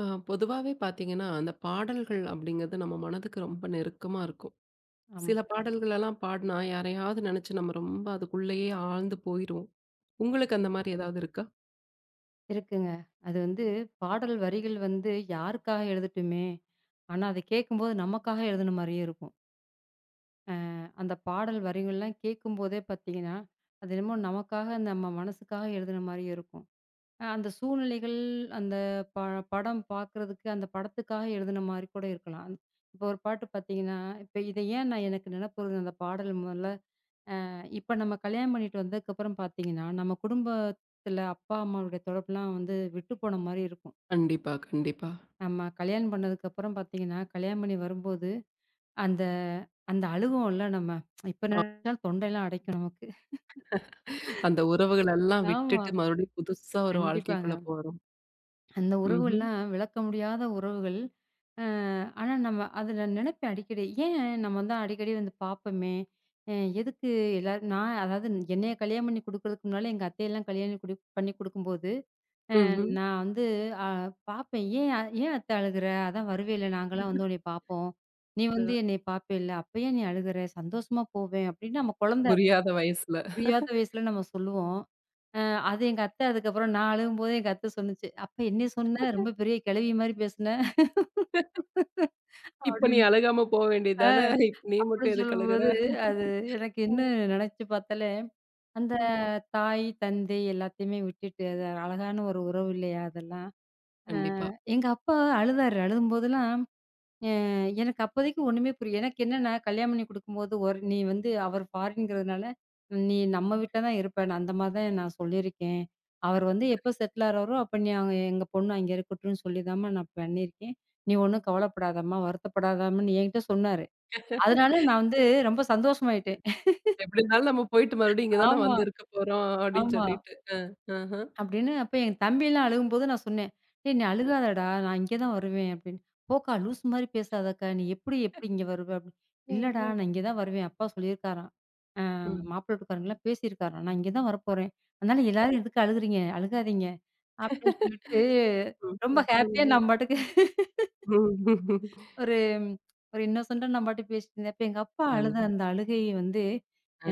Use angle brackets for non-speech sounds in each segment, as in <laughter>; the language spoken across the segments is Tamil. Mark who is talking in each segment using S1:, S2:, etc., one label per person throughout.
S1: பொதுவாவே பார்த்தீங்கன்னா, அந்த பாடல்கள் அப்படிங்கிறது நம்ம மனதுக்கு ரொம்ப நெருக்கமா இருக்கும்.
S2: ஆமா.
S1: சில பாடல்களெல்லாம் பாடுனா, யாரையாவது நெனச்சு நம்ம ரொம்ப அதுக்குள்ளேயே ஆழ்ந்து போயிருவோம். உங்களுக்கு
S2: கண்டிப்பா.
S1: அந்த மாரி ஏதாவது இருக்கா?
S2: இருக்குங்க. அது வந்து பாடல் வரிகள் வந்து யாருக்காக எழுதட்டுமே! ஆனா, அத கேட்கும்போது நமக்காக எழுதுன மாரியே இருக்கும். அந்த பாடல் வரிகள்லாம் கேட்கும்போதே பார்த்தீங்கன்னா, அது என்னமோ நமக்காக நம்ம மனசுக்காக எழுதுன மாரியே இருக்கும். அந்த சூழ்நிலைகள், அந்த ப படம் பார்க்குறதுக்கு, அந்த படத்துக்காக எழுதுன மாரி கூட இருக்கலாம். இப்போ ஒரு பாட்டு பார்த்தீங்கன்னா, இப்ப இத ஏன் நான் எனக்கு நினப்பு வருது அந்த பாடல் முதல்ல. இப்ப நம்ம கல்யாணம் பண்ணிட்டு வந்ததுக்கப்புறம் பார்த்தீங்கன்னா, நம்ம குடும்பத்துல அப்பா, அம்மாவுடைய தொடர்புலாம் வந்து விட்டு போன மாரி இருக்கும்.
S1: கண்டிப்பா, கண்டிப்பா.
S2: நம்ம கல்யாணம் பண்ணதுக்கப்புறம் பார்த்தீங்கன்னா, கல்யாணம் பண்ணி வரும்போது, அந்த அந்த அழுவோம்ல நம்ம. இப்ப
S1: அ
S2: நெனச்சாலும் தொண்டைலாம் அடைக்கும் நமக்கு.
S1: அந்த உறவுகளெல்லாம்
S2: ஆமா.
S1: விட்டுட்டு மறுபடியும் புதுசா ஒரு
S2: கண்டிப்பாங்க.
S1: வாழ்க்கைக்குள்ள போறோம்.
S2: அந்த
S1: ம்ஹ்ம்.
S2: உறவுகள்லாம் விளக்க முடியாத உறவுகள். அ ஆனா நம்ம அதுல நெனப்பேன் அடிக்கடி. ஏன் நம்ம தான் அடிக்கடி வந்து பார்ப்போமே! அ எதுக்கு எல்லாரும் நான் அதாவது என்னைய கல்யாணம் பண்ணி குடுக்குறதுக்கு முன்னால எங்க அத்தையெல்லாம் கல்யாணம் குடி பண்ணி குடுக்கும்போது அ
S1: ம்ஹ்ம்.
S2: நான் வந்து அ பாப்பேன். "ஏன் ஏன் அத்த அழுகுற? அதான் வருவேல்ல நாங்கலாம் வந்து உன்னைய பாப்போம். நீ வந்து
S1: அதுதான்.
S2: என்னைய பாப்பேல்ல, அப்ப ஏன் நீ அழுகுற? சந்தோஷமா போவேன்." அப்படின்னு நம்ம குழந்தை
S1: புரியாத வயசுல.
S2: புரியாத வயசுல நம்ம சொல்லுவோம். அ அது எங்க அத்தை அதுக்கப்புறம் நான் அழுகும்போது எங்க அத்தை சொன்னுச்சு, "அப்ப என்னைய சொன்ன? ரொம்ப பெரிய கிழவி மாரி பேசுன."
S1: இப்ப நீ
S2: அப்படின்னு.
S1: அழுகாம போ வேண்டியது
S2: அ
S1: தானே. நீ மட்டும்
S2: அப்படின்னு
S1: எதுக்கு அழுகுற?
S2: சொல்லும்போது, அது எனக்கு இன்னும் நினைச்சு பார்த்தாலே, அந்த
S1: ம்.
S2: தாய், தந்தை எல்லாத்தையுமே விட்டுட்டு, அது அழகான ஒரு உறவு இல்லையா அதெல்லாம். அ
S1: கண்டிப்பா.
S2: எங்க அப்பா அழுதாரு. அழுகும்போதெல்லாம் அ எனக்கு அப்போதைக்கு ஒண்ணுமே புரிய எனக்கு என்னன்னா, கல்யாணம் பண்ணி குடுக்கும்போது ஒரு "நீ வந்து அவர் ஃபாரின்ங்கிறதுனால, நீ நம்ம வீட்ல தான் இருப்ப." நான் அந்த மாரி தான் நான் சொல்லியிருக்கேன். அவர் வந்து எப்ப செட்டில் ஆகுறாரோ, அப்ப நீ அங்க எங்க பொண்ணு அங்க இருக்கட்டும்ன்னு சொல்லி தாம்மா நான் பண்ணியிருக்கேன். "நீ ஒண்ணும் கவலைப்படாதம்மா, வருத்தப்படாதம்மான்னு" என்கிட்ட சொன்னாரு. அதனால நான் வந்து ரொம்ப சந்தோஷமாயிட்டேன். <laughs>
S1: எப்படி இருந்தாலும் நம்ம போயிட்டு மறுபடியும் இங்க தானே
S2: ஆமா,
S1: வந்து இருக்க போறோம் அப்படின்னு
S2: ஆமா.
S1: சொல்லிட்டு. அ. ஆஹ.
S2: அப்படின்னு அப்ப என் தம்பிலாம் அழுகும்போது நான் சொன்னேன். "டேய் நீ அழுகாதடா! நான் இங்க தான் வருவேன்" அப்படின்னு. "போக்கா லூசு மாரி பேசாதக்கா! நீ எப்படி எப்படி இங்க வருவ?" அப்படின்னு. "இல்லடா
S1: ம்ஹ்ம்.
S2: நான் இங்க தான் வருவேன். அப்பா சொல்லியிருக்காராம். அ
S1: ம்.
S2: மாப்பிள்ளை வீட்டுக்காரங்கலாம் பேசியிருக்காராம். நான் இங்க தான் வரப்போறேன். அதனால எல்லாரும் எதுக்கு அழுகுறீங்க? அழுகாதீங்க" அப்படின்னு சொல்லிட்டு ரொம்ப ஹேப்பியா
S1: <laughs>
S2: நான் பாட்டுக்கு
S1: ம், ம்,
S2: ஒரு ஒரு இன்னோசென்ட்டா நான் பாட்டுக்கு பேசிட்டு இருந்தேன். அப்ப எங்க அப்பா அழுத
S1: அது
S2: அந்த அழுகை வந்து,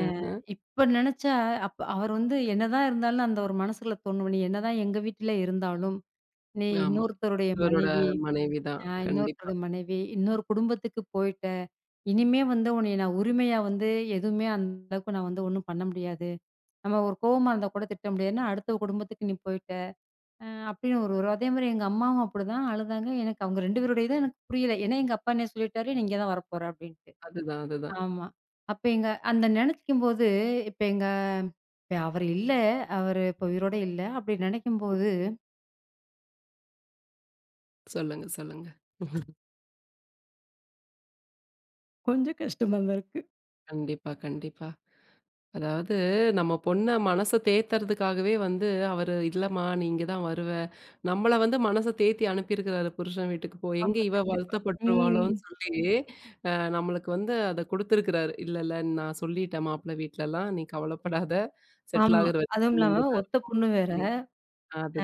S2: அ இப்ப நெனச்சா அப்ப அவர் வந்து என்னதான் இருந்தாலும் அந்த ஒரு மனசுக்குள்ள தோணும். நீ என்னதான் எங்க வீட்ல இருந்தாலும், நீ
S1: ஆமா.
S2: இன்னொருத்தருடைய
S1: இவரோட
S2: மனைவி.
S1: மனைவி தான். கண்டிப்பா.
S2: இன்னொருத்தருடைய மனைவி, இன்னொரு குடும்பத்துக்கு போயிட்ட. இனிமே வந்து உன்னைய நான் உரிமையா வந்து எதுவுமே அந்த அளவுக்கு நான் வந்து ஒண்ணும் பண்ண முடியாது. நம்ம ஒரு கோவமா இருந்தா கூட திட்ட முடியாதுன்னா, அடுத்த குடும்பத்துக்கு நீ போய் அப்படின்னு ஒரு ஒரு அதே மாரி எங்க அம்மாவும் அப்படிதான் அழுதாங்க. எனக்கு அவங்க 2 பேருடைய இதும் எனக்கு புரியல. ஏன்னா எங்க அப்பா என்ன சொல்லிட்டாரு, "நீ இங்க தான் வரப்போற" அப்படின்ட்டு.
S1: அதுதான், அதுதான்.
S2: ஆமா. அப்ப எங்க அந்த நெனைக்கும்போது, இப்ப எங்க இப்ப அவர் இல்ல. அவரு இப்ப உயிரோட இல்ல. அப்படி நெனைக்கும்போது
S1: சொல்லுங்க, சொல்லுங்க.
S2: கொஞ்சம் கஷ்டமா தான் இருக்கு.
S1: கண்டிப்பா, கண்டிப்பா. அதாவது நம்ம பொண்ண மனச தேத்துறதுக்காகவே வந்து அவரு, "இல்லம்மா, நீ இங்க தான் வருவ." நம்மள வந்து மனச தேத்தி அனுப்பியிருக்கிறாரு புருஷன் வீட்டுக்கு போ எங்க
S2: ஆமா.
S1: இவ
S2: கண்டிப்பா. ம்.
S1: வருத்தப்பட்டுருவாளோன்னு சொல்லி, நம்மளுக்கு வந்து அத குடுத்துருக்கிறாரு. "இல்ல, இல்ல நான் சொல்லிட்டேன் மாப்பிள வீட்லலாம். நீ கவலைப்படாத. செட்டில்
S2: ஆமா.
S1: ஆகுற
S2: அதுவும்
S1: வரைக்கும்
S2: இல்லாம
S1: நீங்க தான்
S2: ஒத்த பொண்ணு வேற.
S1: இருப்பீங்க."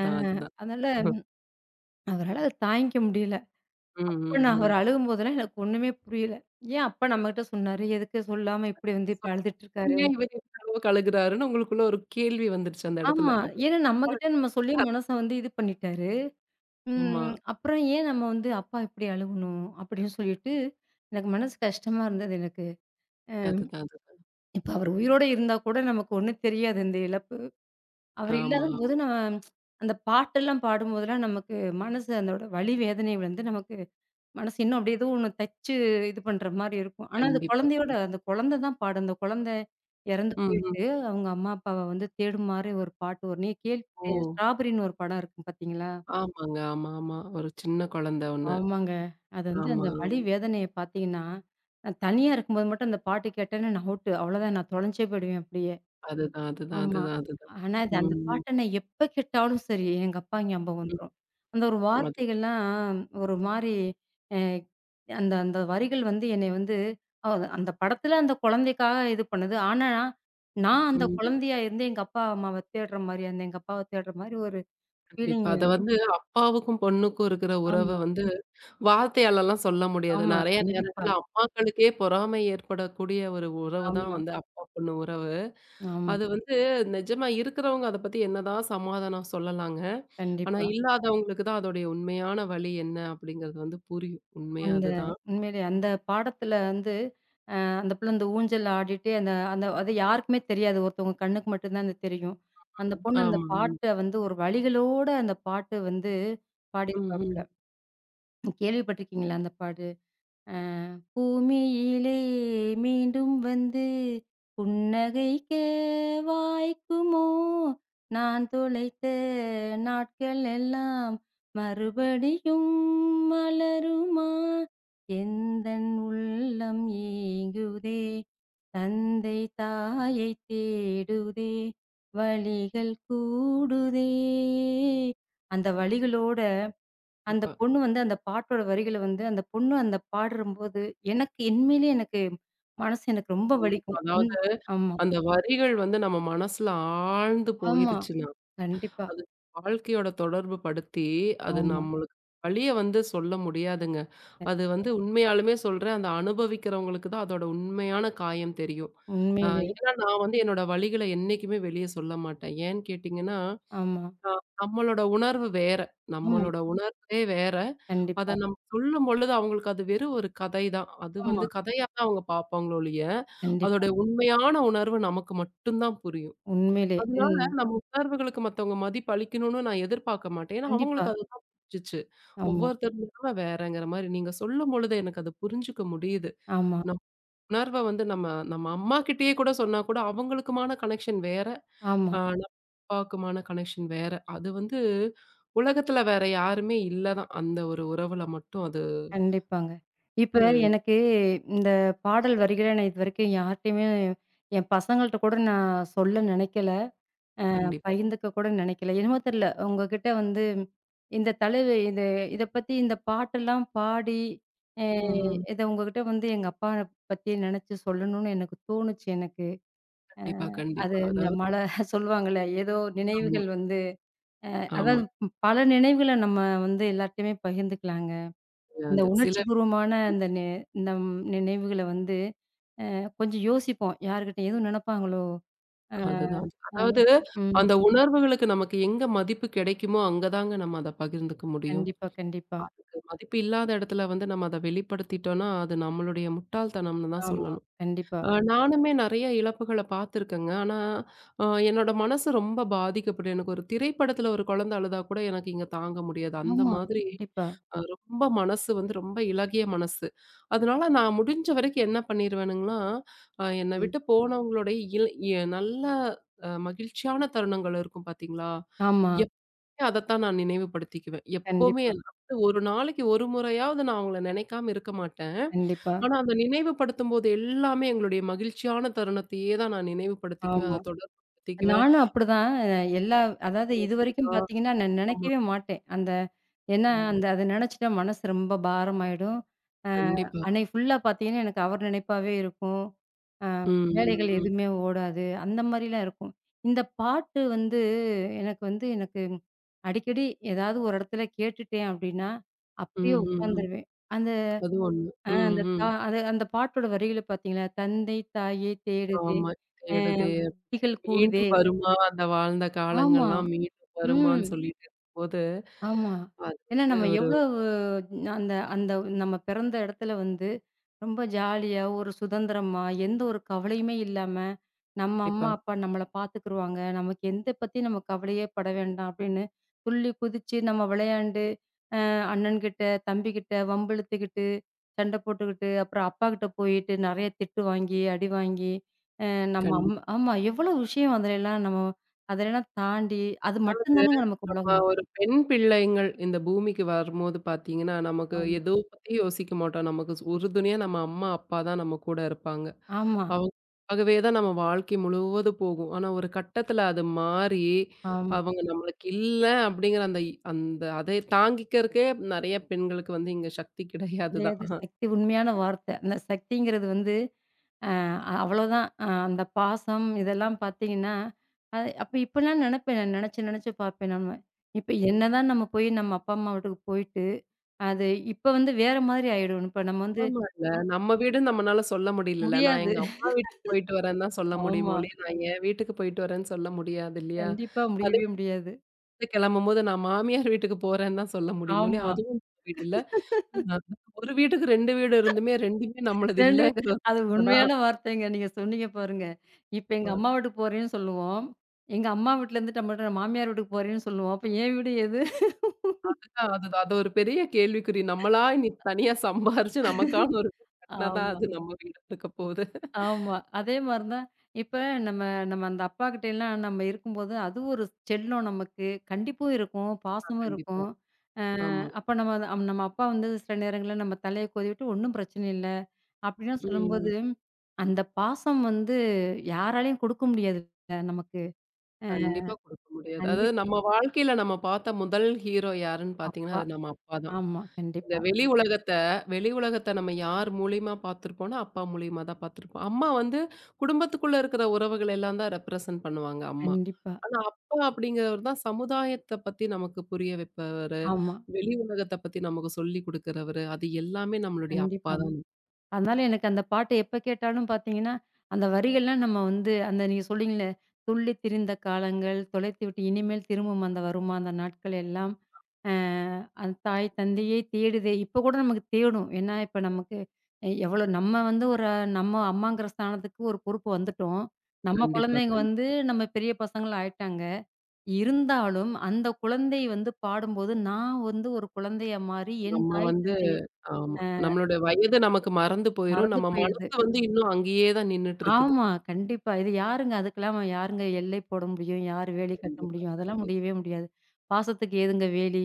S2: அ
S1: அதுதான்.
S2: அதனால அவரால அத தாங்கிக்க முடியல.
S1: ம்,
S2: அப்ப
S1: ம்,
S2: நான் அவர்
S1: ம்.
S2: அழுகும்போதெல்லாம் எனக்கு ஒண்ணுமே புரியல. ஏன் அப்பா நம்மகிட்ட சொன்னாரு? எதுக்கு சொல்லாம இப்படி வந்து
S1: சோ,
S2: இப்ப அழுதுட்டு இருக்காரு?
S1: ஏன் இவரு இந்த அளவுக்கு அழுகுறாருன்னு உங்களுக்குள்ள ஒரு கேள்வி வந்துருச்சு அந்த இடத்துல.
S2: ஆமா.
S1: அப்போ
S2: ஏன்னா நம்மகிட்ட
S1: <unintelligible>
S2: நம்ம சொல்லி மனச வந்து இது பண்ணிட்டாரு.
S1: ஆமா.
S2: ம். அப்புறம் ஏன் நம்ம வந்து அப்பா இப்படி அழுகணும்? அப்படின்னு சொல்லிட்டு எனக்கு மனசு கஷ்டமா இருந்தது எனக்கு. அ
S1: அதுதான், அதுதான்.
S2: இப்ப அவர் உயிரோட இருந்தா கூட நமக்கு ஒண்ணும் தெரியாது இந்த இழப்பு. அவர்
S1: ஆமா, ஆமா.
S2: இல்லாதம்போது நான் அந்த பாட்டெல்லாம் பாடும்போதெல்லாம் நமக்கு மனசு அதோட வலி, வேதனை வந்து நமக்கு மனசு இன்னும் அப்படியே ஏதோ ஒண்ணு தச்சு இது பண்ற மாரி இருக்கும். ஆனா அந்த
S1: கண்டிப்பா,
S2: குழந்தையோட
S1: கண்டிப்பா.
S2: அந்த குழந்தை தான் பாடும். அந்த குழந்தை இறந்து
S1: ம், ம்.
S2: போயிட்டு அவங்க அம்மா, அப்பாவ வந்து தேடுமாறு ஒரு பாட்டு வரும். நீங்க
S1: ஓ!
S2: கேள்வி ஸ்ட்ராபெர்ரின்னு ஒரு படம் இருக்கும் பார்த்தீங்களா?
S1: ஆமாங்க. ஆமா, ஆமா. ஒரு சின்ன குழந்தை ஒண்ணு.
S2: ஆமாங்க. அது வந்து அந்த
S1: ஆமா.
S2: வலி, வேதனைய பார்த்தீங்கன்னா, நான் தனியா இருக்கும்போது மட்டும் அந்த பாட்டு கேட்டேன்னா நான் அவுட்டு. அவ்வளோதான் நான் தொலைஞ்சே போயிடுவேன் அப்படியே.
S1: அதுதான், அதுதான்,
S2: ஆமா.
S1: அதுதான், அதுதான்.
S2: ஆனா, அது அந்த
S1: ம்.
S2: பாட்ட நான் எப்ப கேட்டாலும் சரி, எங்க அப்பா ஞாபகம்
S1: ம்.
S2: வந்துரும். அந்த ஒரு
S1: அது.
S2: வார்த்தைகள்லாம் ஒரு மாரி அ அந்த அந்த வரிகள் வந்து என்னைய வந்து அ அந்த படத்துல அந்த குழந்தைக்காக இது பண்ணுது. ஆனா, நான் அந்த
S1: ம்.
S2: குழந்தையா இருந்து எங்க அப்பா அம்மாவ தேடுற மாரி, அந்த எங்க அப்பாவ தேடுற மாரி ஒரு ஃபீலிங்.
S1: கண்டிப்பா. அத வந்து அப்பாவுக்கும், பொண்ணுக்கும் இருக்கிற உறவ
S2: ஆமா,
S1: வந்து வார்த்தையாலலாம் சொல்ல முடியாது.
S2: ஆமா.
S1: நெறைய
S2: கண்டிப்பா.
S1: நேரங்கள்ல அம்மாக்களுக்கே பொறாமை ஏற்படக்கூடிய ஒரு உறவு தான்
S2: ஆமா,
S1: வந்து அப்பா, பொண்ணு உறவு.
S2: ஆமா.
S1: அது வந்து நிஜமா இருக்கிறவங்க அத பத்தி என்னதான் சமாதானம் சொல்லலாங்க. ஆனா
S2: கண்டிப்பா.
S1: இல்லாதவங்களுக்கு தான் அதோடைய உண்மையான வலி என்ன அப்படிங்கிறது வந்து புரியும். உண்மையா
S2: அந்த
S1: அதுதான்.
S2: உண்மையிலேயே அந்த பாடத்துல வந்து அந்த புள்ள அந்த ஊஞ்சல் ஆடிட்டு, அந்த அந்த அது யாருக்குமே தெரியாது. ஒருத்தவங்க கண்ணுக்கு மட்டும் தான் அது தெரியும். அந்த பொண்ணு அந்த
S1: ஆமா. ம்.
S2: பாட்ட வந்து ஒரு வரிகளோட அந்த பாட்டு வந்து பாடியிருப்பாப்புல.
S1: ம்ஹ்ம்.
S2: கேள்விப்பட்டுருக்கீங்களா அந்த பாட்டு? அ பூமியிலே மீண்டும் வந்து புன்னகைக்க வாய்க்குமோ? நான் தொலைத்த நாட்கள் எல்லாம் மறுபடியும் மலருமா? எந்தன் உள்ளம் ஏங்குதே! தந்தை, தாயை தேடுதே! வலிகள் கூடுதே! அந்த வலிகளோட அந்த
S1: கண்டிப்பா,
S2: பொண்ணு வந்து அந்த பாட்டோட வரிகள வந்து, அந்த பொண்ணு அந்த பாடும்போது, எனக்கு உண்மையிலேயே எனக்கு மனசு எனக்கு ரொம்ப
S1: கண்டிப்பா.
S2: வலிக்கும். ம்.
S1: அதாவது
S2: ஆமா,
S1: அந்த வரிகள் வந்து நம்ம மனசுல ஆழ்ந்து
S2: ஆமா.
S1: போயிருச்சுன்னா
S2: கண்டிப்பா.
S1: அது வாழ்க்கையோட தொடர்பு படுத்தி, அது
S2: ஆமா,
S1: நம்மளுக்கு வலிய வந்து சொல்ல முடியாதுங்க. அது
S2: கண்டிப்பா.
S1: வந்து உண்மையாலுமே சொல்றேன், அந்த அனுபவிக்கிறவங்களுக்கு தான் அதோட உண்மையான காயம் தெரியும். அ
S2: உண்மையிலேயே.
S1: ஏன்னா நான் வந்து என்னோட வலிகள என்னைக்குமே வெளிய சொல்ல மாட்டேன். ஏன்னு கேட்டீங்கன்னா,
S2: ஆமா,
S1: அ நம்மளோட உணர்வு வேற.
S2: ஆமா.
S1: நம்மளோட உணர்வே வேற.
S2: கண்டிப்பா.
S1: அத நம்ம சொல்லும்பொழுது அவங்களுக்கு அது வெறும் ஒரு கதை தான். அது
S2: ஆமா,
S1: வந்து கதையா தான் அவங்க பார்ப்பாங்களே ஒழிய,
S2: கண்டிப்பா.
S1: அதோட உண்மையான உணர்வு நமக்கு மட்டும் தான் புரியும்.
S2: உண்மையிலே.
S1: அதனால
S2: ம்.
S1: நம்ம உணர்வுகளுக்கு மத்தவங்க மதிப்பு அளிக்கணும்னு நான் எதிர்பார்க்க மாட்டேன். ஏன்னா,
S2: கண்டிப்பா.
S1: அவங்களுக்கு அதுதான் புரிஞ்சுச்சு.
S2: ஆமா,
S1: ஒவ்வொருத்தவங்களும் வேறங்கிற மாரி நீங்க சொல்லும்பொழுது எனக்கு அது புரிஞ்சுக்க முடியுது.
S2: ஆமா,
S1: நம் உணர்வ வந்து நம்ம நம்ம அம்மாகிட்டயே கூட சொன்னா கூட அவங்களுக்குமான கனெக்ஷன் வேற.
S2: ஆமா.
S1: நம்ம அப்பாவுக்குமான கனெக்ஷன் வேற. அது வந்து உலகத்துல வேற யாருமே இல்ல தான். அந்த ஒரு உறவுல மட்டும் அது
S2: கண்டிப்பாங்க. இப்ப எனக்கு இந்த பாடல் வரிகள நான் இதுவரைக்கும் யார்ட்டயுமே என் பசங்கள்ட்ட கூட நான் சொல்ல நெனைக்கல.
S1: கண்டிப்பா.
S2: பகிர்ந்துக்க கூட நினைக்கல. என்னமோ தெரியல. உங்ககிட்ட வந்து இந்த தலைவு இது இத பத்தி இந்த பாட்டெல்லாம் பாடி, அ
S1: ம். ம்.
S2: இத உங்ககிட்ட வந்து எங்க அப்பா பத்தி நினைச்சு சொல்லணும்னு எனக்கு தோணுச்சு எனக்கு. அ
S1: கண்டிப்பா,
S2: அது
S1: கண்டிப்பா.
S2: இந்த
S1: அதாவது
S2: மழை சொல்லுவாங்கல்ல, ஏதோ
S1: ஆமா,
S2: நினைவுகள் வந்து அ
S1: ஆமா.
S2: அதாவது பல நினைவுகள நம்ம வந்து எல்லார்ட்டயுமே பகிர்ந்துக்கலாங்க. இந்த
S1: அது சில
S2: உணர்ச்சிபூர்வமான அந்த நம் நினைவுகள வந்து அ கொஞ்சம் யோசிப்போம். யார்கிட்ட எதுவும் நினைப்பாங்களோ? அ
S1: அதுதான். அதாவது
S2: ம்.
S1: அந்த உணர்வுகளுக்கு நமக்கு எங்க மதிப்பு கிடைக்குமோ, அங்க தாங்க நம்ம அத பகிர்ந்துக்க முடியும்.
S2: கண்டிப்பா, கண்டிப்பா.
S1: மதிப்பு இல்லாத இடத்துல வந்து நம்ம அத வெளிப்படுத்திட்டோம்னா, அது நம்மளுடைய முட்டாள்தனம்னு தான்
S2: ஆமா.
S1: சொல்லணும்.
S2: கண்டிப்பா.
S1: நானுமே நெறைய இழப்புகள பார்த்துருக்கேங்க. ஆனா, என்னோட மனசு ரொம்ப பாதிக்கப்படும். எனக்கு ஒரு திரைப்படத்துல ஒரு குழந்தை அழுதா கூட எனக்கு இங்க தாங்க முடியாது. அந்த
S2: ஆமா.
S1: மாதிரி
S2: கண்டிப்பா.
S1: ரொம்ப மனசு வந்து ரொம்ப இளகிய மனசு. அதனால நான் முடிஞ்ச வரைக்கும் என்ன பண்ணிருவேனுங்கன்னா, என்னை
S2: ம்.
S1: விட்டு போனவங்களுடைய இல் நல்ல மகிழ்ச்சியான தருணங்கள் இருக்கும் பார்த்தீங்களா?
S2: ஆமா.
S1: எப்பயும் அதத்தான் நான் நினைவுபடுத்திக்குவேன். எப்பவுமே
S2: கண்டிப்பா,
S1: ஒரு நாளைக்கு ஒரு முறையாவது நான் அவங்கள நினைக்காம இருக்க மாட்டேன்.
S2: கண்டிப்பா.
S1: ஆனா, அத நினைவுபடுத்தும்போது எல்லாமே எங்களுடைய மகிழ்ச்சியான தருணத்தையே தான் நான் நினைவுபடுத்திக்குவேன்.
S2: ஆமா.
S1: அத தொடர்புபடுத்திக்குவேன்.
S2: நானும் அப்படிதான். எல்லா அதாவது இதுவரைக்கும்
S1: ஆ,
S2: பார்த்தீங்கன்னா, நான்
S1: ஆமா.
S2: நினைக்கவே மாட்டேன். அந்த ஏன்னா
S1: ம்.
S2: அந்த அத நினைச்சுட்டா மனசு ரொம்ப பாரமாயிடும். அ
S1: கண்டிப்பா.
S2: அன்னைக்கு ஃபுல்லா பார்த்தீங்கன்னா, எனக்கு அவர் நினைப்பாவே இருக்கும். அ
S1: ம், ம்,
S2: வேலைகள்
S1: ம்.
S2: எதுவுமே ஓடாது. அந்த மாரிலாம் இருக்கும். இந்த பாட்டு வந்து எனக்கு வந்து எனக்கு அடிக்கடி ஏதாவது ஒரு இடத்துல கேட்டுட்டேன் அப்படின்னா, அப்படியே
S1: ம், ம், ம்.
S2: உட்காந்துருவேன். அந்த
S1: அது ஒண்ணு. ம்,
S2: அந்த
S1: ம்.
S2: அது அந்த பாட்டோட வரிகள பார்த்தீங்களா? "தந்தை, தாயை தேடுதே,
S1: ஆமா.
S2: அ
S1: தேடுதே அது.
S2: வழிகள் கூடுதே".
S1: மீண்டும் வருமா? அந்த வாழ்ந்த
S2: ஆமா.
S1: காலங்கள்லாம் மீண்டும்
S2: ம்.
S1: வருமான்னு சொல்லிட்டு இருக்கும்போது,
S2: ஆமா.
S1: அது
S2: ஏன்னா
S1: வந்து
S2: நம்ம
S1: ஒரு
S2: எவ்வளவு அந்த அந்த நம்ம பிறந்த இடத்துல வந்து, ரொம்ப ஜாலியா, ஒரு சுதந்திரமா, எந்த ஒரு கவலையுமே இல்லாம, நம்ம அம்மா,
S1: கண்டிப்பா.
S2: அப்பா நம்மள பார்த்துக்குருவாங்க. நமக்கு எந்த பத்தியும் நம்ம கவலையே பட வேண்டாம் அப்படின்னு, துள்ளி குதிச்சு நம்ம விளையாண்டு, அ அண்ணன்கிட்ட, தம்பிகிட்ட வம்பு இழுத்துக்கிட்டு, சண்டை போட்டுக்கிட்டு, அப்புறம் அப்பாகிட்ட போயிட்டு நெறைய திட்டு வாங்கி, அடி வாங்கி, அ நம்ம
S1: கண்டிப்பா.
S2: ஆமா எவ்வளோ விஷயம் அதுலலாம் நம்ம அதெல்லாம் தாண்டி, அது மட்டும் தானங்க நமக்கு
S1: நம்ம
S2: உலகம்.
S1: ஒரு பெண் பிள்ளைங்கள் இந்த பூமிக்கு வரும்போது பார்த்தீங்கன்னா, நமக்கு
S2: ஆமா.
S1: எதோ பத்தி யோசிக்க மாட்டோம். நமக்கு உறுதுணையா நம்ம அம்மா, அப்பா தான் நம்ம கூட இருப்பாங்க.
S2: ஆமா,
S1: அவங்களுக்காகவே தான் நம்ம வாழ்க்கை முழுவதும் போகும். ஆனா ஒரு கட்டத்துல அது மாறி,
S2: ஆமா.
S1: அவங்க நம்மளுக்கு இல்ல அப்படிங்கிற அந்த அந்த அதை தாங்கிக்கிறதுக்கே நெறைய பெண்களுக்கு வந்து இங்க சக்தி கிடையாது தான்.
S2: கிடையாது. சக்தி உண்மையான வார்த்தை. அந்த சக்திங்கிறது வந்து, அ அவ்வளோதான். அந்த பாசம் இதெல்லாம் பார்த்தீங்கன்னா, அது அப்ப இப்பலாம் நெனப்பேன். நான் நெனச்சு நெனச்சு பார்ப்பேன் நம்ம. இப்ப
S1: ம்.
S2: என்னதான் நம்ம போய் நம்ம அப்பா, அம்மா வீட்டுக்கு போயிட்டு, அது இப்ப வந்து வேற மாதிரி ஆயிடும். இப்ப நம்ம வந்து
S1: ஆமால்ல. நம்ம வீடுன்னு நம்மனால சொல்ல முடியலல்ல. நான்
S2: முடியாது.
S1: எங்க அம்மா
S2: <laughs>
S1: வீட்டுக்கு போயிட்டு வரேன்னு தான் சொல்ல முடியுமே
S2: ஆமா.
S1: ஒழிய, நான் என் வீட்டுக்கு போயிட்டு வரேன்னு சொல்ல முடியாது இல்லையா?
S2: கண்டிப்பா முடியவே முடியாது.
S1: கிளம்பும்போது நான் மாமியார் வீட்டுக்கு போறேன்னு தான் சொல்ல முடியும் ஒழிய,
S2: ஆமா.
S1: அதுவும் நம்ம வீடு இல்ல. அஹ் ஒரு வீட்டுக்கு 2 வீடு இருந்துமே 2மே நம்மளது
S2: 2
S1: இல்லங்கறது
S2: அது
S1: தான்.
S2: உண்மையான வார்த்தைங்க. நீங்க சொன்னீங்க பாருங்க. இப்ப எங்க அம்மா வீட்டுக்கு போறேன்னு சொல்லுவோம். எங்க அம்மா வீட்ல இருந்துட்டு நம்மள்ட்ட மாமியார் வீட்டுக்கு போறேன்னு சொல்லுவோம். அப்ப என் வீடு எது?
S1: அதுதான் அதுதான். அது ஒரு பெரிய கேள்விக்குறி. நம்மளா இனி தனியா சம்பாரிச்சு நமக்கான ஒரு வீடு கட்டுனா தான்
S2: ஆமா,
S1: அது நம்ம வீடா இருக்க போகுது.
S2: ஆமா. அதே மாரி தான். இப்ப நம்ம நம்ம அந்த அப்பாகிட்டலாம் நம்ம இருக்கும்போது, அது ஒரு செல்லம் நமக்கு. கண்டிப்பும் இருக்கும், பாசமும்
S1: கண்டிப்பா.
S2: இருக்கும். அ
S1: ஆமா.
S2: அப்ப நம்ம அத- அம் நம்ம அப்பா வந்து சில நேரங்கள்ல நம்ம தலைய கோதிவிட்டு ஒண்ணும் பிரச்சனை இல்ல. அப்படிலாம்
S1: ம்.
S2: சொல்லும்போது, அந்த பாசம் வந்து யாராலயும் குடுக்க முடியாதுல்ல நமக்கு. அ
S1: கண்டிப்பா குடுக்க முடியாது. அதாவது
S2: கண்டிப்
S1: நம்ம வாழ்க்கையில நம்ம பார்த்த முதல் ஹீரோ யாருன்னு பார்த்தீங்கன்னா,
S2: அப்பா
S1: அது நம்ம அப்பா தான்.
S2: ஆமா.
S1: இந்த
S2: கண்டிப்பா,
S1: வெளி உலகத்த வெளி உலகத்த நம்ம யார் மூலியமா பார்த்திருப்போம்னா, அப்பா மூலியமா தான் பார்த்திருப்போம். அம்மா வந்து குடும்பத்துக்குள்ள இருக்கிற உறவுகள் எல்லாம் தான் ரெப்ரசன்ட் பண்ணுவாங்க அம்மா.
S2: கண்டிப்பா.
S1: ஆனா, அப்பா அப்படிங்கிறவர் தான் சமுதாயத்த பத்தி நமக்கு புரிய வைப்பவரு.
S2: ஆமா.
S1: வெளி உலகத்த பத்தி நமக்கு சொல்லிக் குடுக்கிறவரு. அது எல்லாமே நம்மளுடைய அப்பா
S2: கண்டிப்பாங்க.
S1: தான்.
S2: அதனால எனக்கு அந்த பாட்டு எப்ப கேட்டாலும் பார்த்தீங்கன்னா, அந்த வரிகள்லாம் நம்ம வந்து அந்த நீங்க சொல்றீங்கல்ல, "துள்ளி திரிந்த காலங்கள் தொலைத்துவிட்டு இனிமேல் திரும்பும் அந்த வருமா அந்த நாட்கள் எல்லாம். அ அந்த தாய் தந்தையை தேடுதே" இப்ப கூட நமக்கு தேடும். ஏன்னா, இப்ப நமக்கு எவ்வளோ நம்ம வந்து ஒரு நம்ம அம்மாங்கிற ஸ்தானத்துக்கு ஒரு பொறுப்பு வந்துட்டோம். நம்ம
S1: கண்டிப்பா,
S2: குழந்தைங்க வந்து
S1: கண்டிப்பா.
S2: நம்ம பெரிய பசங்களா ஆயிட்டாங்க. இருந்தாலும், அந்த குழந்தை வந்து பாடும்போது, நான் வந்து ஒரு குழந்தையா மாறி, என்
S1: நம்ம
S2: தாய்
S1: வந்து
S2: தந்தைய
S1: ஆமா. நம்மளோட வயது நமக்கு மறந்து போயிரும்.
S2: மறந்து
S1: நம்ம
S2: போயிடுது.
S1: மனசு வந்து இன்னும் அங்கேயே தான் நின்னுட்டு இருக்குது.
S2: ஆமா, கண்டிப்பா. இது யாருங்க அதுக்கெல்லாம் யாருங்க எல்லை போட முடியும்? யார் வேலி கட்ட
S1: கண்டிப்பா,
S2: முடியும்? அதெல்லாம்
S1: கண்டிப்பா.
S2: முடியவே முடியாது. பாசத்துக்கு ஏதுங்க வேலி?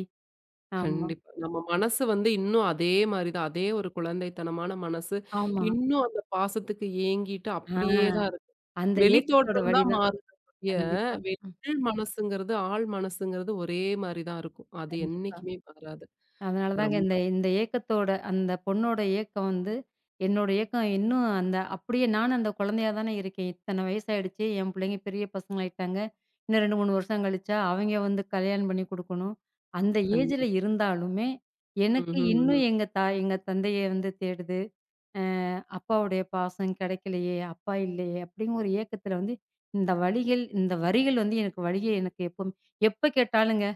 S2: ஆமா,
S1: கண்டிப்பா. நம்ம மனசு வந்து இன்னும் அதே மாரி தான். அதே ஒரு குழந்தைத்தனமான மனசு.
S2: ஆமா.
S1: இன்னும் அந்த பாசத்துக்கு ஏங்கிட்டு அப்படியே
S2: ஆ,
S1: தான் இருக்கு.
S2: அந்த
S1: வெளி
S2: ஏக்கத்தோட
S1: தோற்றம்
S2: வலி
S1: தான்
S2: தான்.
S1: மாறுது ஒழிய,
S2: கண்டிப்பா,
S1: வெளி உள் மனசுங்கிறது, ஆள் மனசுங்கிறது ஒரே மாரி தான் இருக்கும். அது
S2: கண்டிப்பா.
S1: என்னைக்குமே மாறாது.
S2: அதனால தாங்க
S1: ரொம்ப
S2: இந்த இந்த ஏக்கத்தோட அந்த பொண்ணோட ஏக்கம் வந்து, என்னோட ஏக்கம் இன்னும் அந்த அப்படியே நானும் அந்த குழந்தையா தானே இருக்கேன். இத்தன வயசாயிடுச்சு, என் பிள்ளைங்க பெரிய பசங்களாயிட்டாங்க. இன்னும் 2, 3 வருஷம் கழிச்சா அவங்க வந்து கல்யாணம் பண்ணி குடுக்கணும். அந்த ஏஜ்ல
S1: கண்டிப்பா.
S2: இருந்தாலுமே, எனக்கு
S1: ம்ஹ்ம்.
S2: இன்னும் எங்க தந்தைய வந்து தேடுது. அப்பாவுடைய பாசம் கிடைக்கலையே! அப்பா இல்லையே! அப்பிடிங்கிற ஒரு ஏக்கத்தில வந்து, இந்த வழிகள் இந்த வரிகள் வந்து எனக்கு வழியே எனக்கு எப்பவும் எப்ப கேட்டாலுங்க,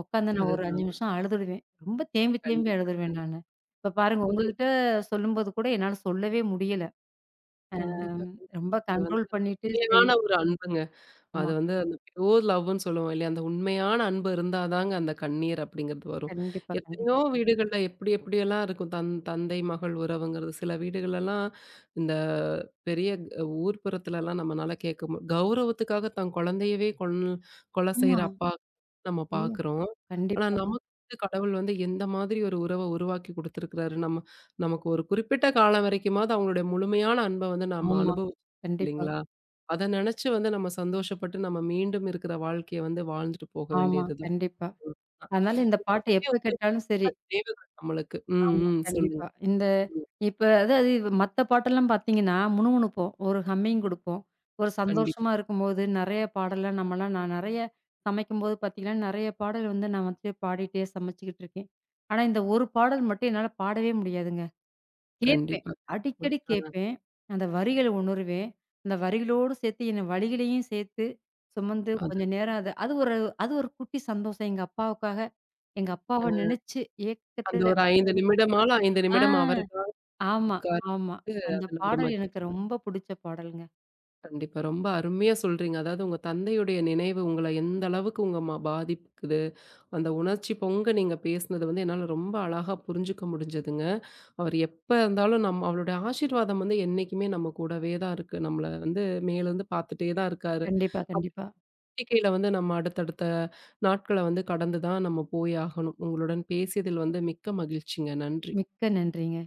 S2: உட்காந்து நான் ஒரு 5
S1: அதுதான்.
S2: நிமிஷம் அழுதுடுவேன். ரொம்ப தேம்பி தேம்பி
S1: கண்டிப்பா.
S2: அழுதுருவேன் நானு. இப்ப பாருங்க
S1: புரியுது.
S2: உங்ககிட்ட சொல்லும்போது கூட என்னால சொல்லவே முடியல. அம்
S1: கண்டிப்பா. கண்டிப்பா.
S2: ரொம்ப
S1: இது வந்து
S2: கண்ட்ரோல் பண்ணிட்டு சரி.
S1: உண்மையான ஒரு அன்புங்க.
S2: ஆமா.
S1: அது வந்து அந்த பியூர் லவ்வுன்னு சொல்லுவோம் இல்லையா? அந்த உண்மையான அன்பு இருந்தா தாங்க அந்த கண்ணீர் அப்படிங்கிறது வரும்.
S2: கண்டிப்பா, கண்டிப்பா.
S1: எத்தனையோ வீடுகள்ல எப்படி எப்படியெல்லாம் இருக்கும். தன் தந்தை, மகள் உறவுங்கிறது. சில வீடுகளெல்லாம் இந்த பெரிய ஊர் புறத்துலலாம் நம்மனால கேட்க கௌரவத்துக்காக தன் குழந்தையவே கொலை
S2: ஆமா.
S1: செய்ற அப்பா நம்ம
S2: ஐயோ!
S1: பார்க்குறோம். ஆனா
S2: கண்டிப்பாங்க.
S1: நமக்கு வந்து கடவுள் வந்து எந்த மாதிரி ஒரு உறவ உருவாக்கி குடுத்துருக்கிறாரு. நம்ம நமக்கு ஒரு குறிப்பிட்ட காலம் வரைக்குமாவது அவங்களுடைய முழுமையான அன்ப வந்து நம்ம
S2: ஆமா.
S1: அனுபவிச்சோம்
S2: கண்டிப்பா.
S1: இல்லைங்களா? அத நெனச்சு வந்து நம்ம சந்தோஷப்பட்டு, நம்ம மீண்டும் இருக்கிற வாழ்க்கைய வந்து வாழ்ந்துட்டு போக
S2: ஆமா.
S1: வேண்டியதுதான்.
S2: கண்டிப்பா.
S1: ம். அ
S2: அதனால இந்த
S1: இது
S2: பாட்டு
S1: எப்பயுமே
S2: எப்ப
S1: வந்து
S2: கேட்டாலும் சரி.
S1: ரொம்ப தேவைகள் நம்மளுக்கு. ம்,
S2: ஆமா.
S1: ம். சொல்லுங்க.
S2: கண்டிப்பா. இந்த
S1: ம்.
S2: இப்ப அதாவது இது மத்த பாட்டெல்லாம் பார்த்தீங்கன்னா, முணுமுணுப்போம். ஒரு ஹம்மிங் குடுப்போம். ஒரு
S1: கண்டிப்பா,
S2: சந்தோஷமா இருக்கும்போது, நெறைய பாடல்லாம் நம்மலாம் நான் நெறைய சமைக்கும்போது பார்த்தீங்கன்னா, நெறைய பாடல் வந்து நான் வந்து பாடிட்டே சமைச்சுக்கிட்டு இருக்கேன். ஆனா, இந்த ஒரு பாடல் மட்டும் என்னால பாடவே முடியாதுங்க. கேட்பேன்.
S1: கண்டிப்பா, கண்டிப்பா.
S2: அடிக்கடி
S1: ஆ
S2: கேட்பேன். அந்த வரிகள உணருவேன். அந்த வரிகளோடு சேர்த்து என்ன வலிகளையும் சேர்த்து சுமந்து கொஞ்ச
S1: அது
S2: நேரம் அது அது ஒரு குட்டி சந்தோஷம். எங்க அப்பாவுக்காக எங்க
S1: அ
S2: அப்பாவ நினைச்சு
S1: அந்த
S2: ஏக்கத்துல
S1: ஒரு 5 நிமிடமால 5
S2: ஆ.
S1: நிமிடம் அவருக்காக
S2: ஆமா,
S1: உட்கார்ந்து
S2: ஆமா. அந்த
S1: அதுல ஒரு
S2: பாடல்
S1: மகிழ்ச்சி
S2: எனக்கு
S1: தான்.
S2: ரொம்ப புடிச்ச பாடல்ங்க.
S1: கண்டிப்பா. ரொம்ப அருமையா சொல்றீங்க. அதாவது உங்க தந்தையுடைய நினைவு உங்கள எந்த அளவுக்கு உங்க பாதிக்குது? அந்த உணர்ச்சி பொங்க நீங்க பேசினது வந்து என்னால ரொம்ப அழகா புரிஞ்சுக்க முடிஞ்சதுங்க. அவர் எப்ப இருந்தாலும் நம்ம அவருடைய ஆசீர்வாதம் வந்து என்னைக்குமே நம்ம கூடவே தான் இருக்கு. நம்மள வந்து மேலருந்து பார்த்துட்டே தான் இருக்காரு.
S2: கண்டிப்பா, கண்டிப்பா.
S1: நம்பிக்கையில வந்து நம்ம அடுத்தடுத்த நாட்கள வந்து கடந்து தான் நம்ம போய் ஆகணும். உங்களுடன் பேசியதில் வந்து மிக்க மகிழ்ச்சிங்க. நன்றி.
S2: மிக்க நன்றிங்க.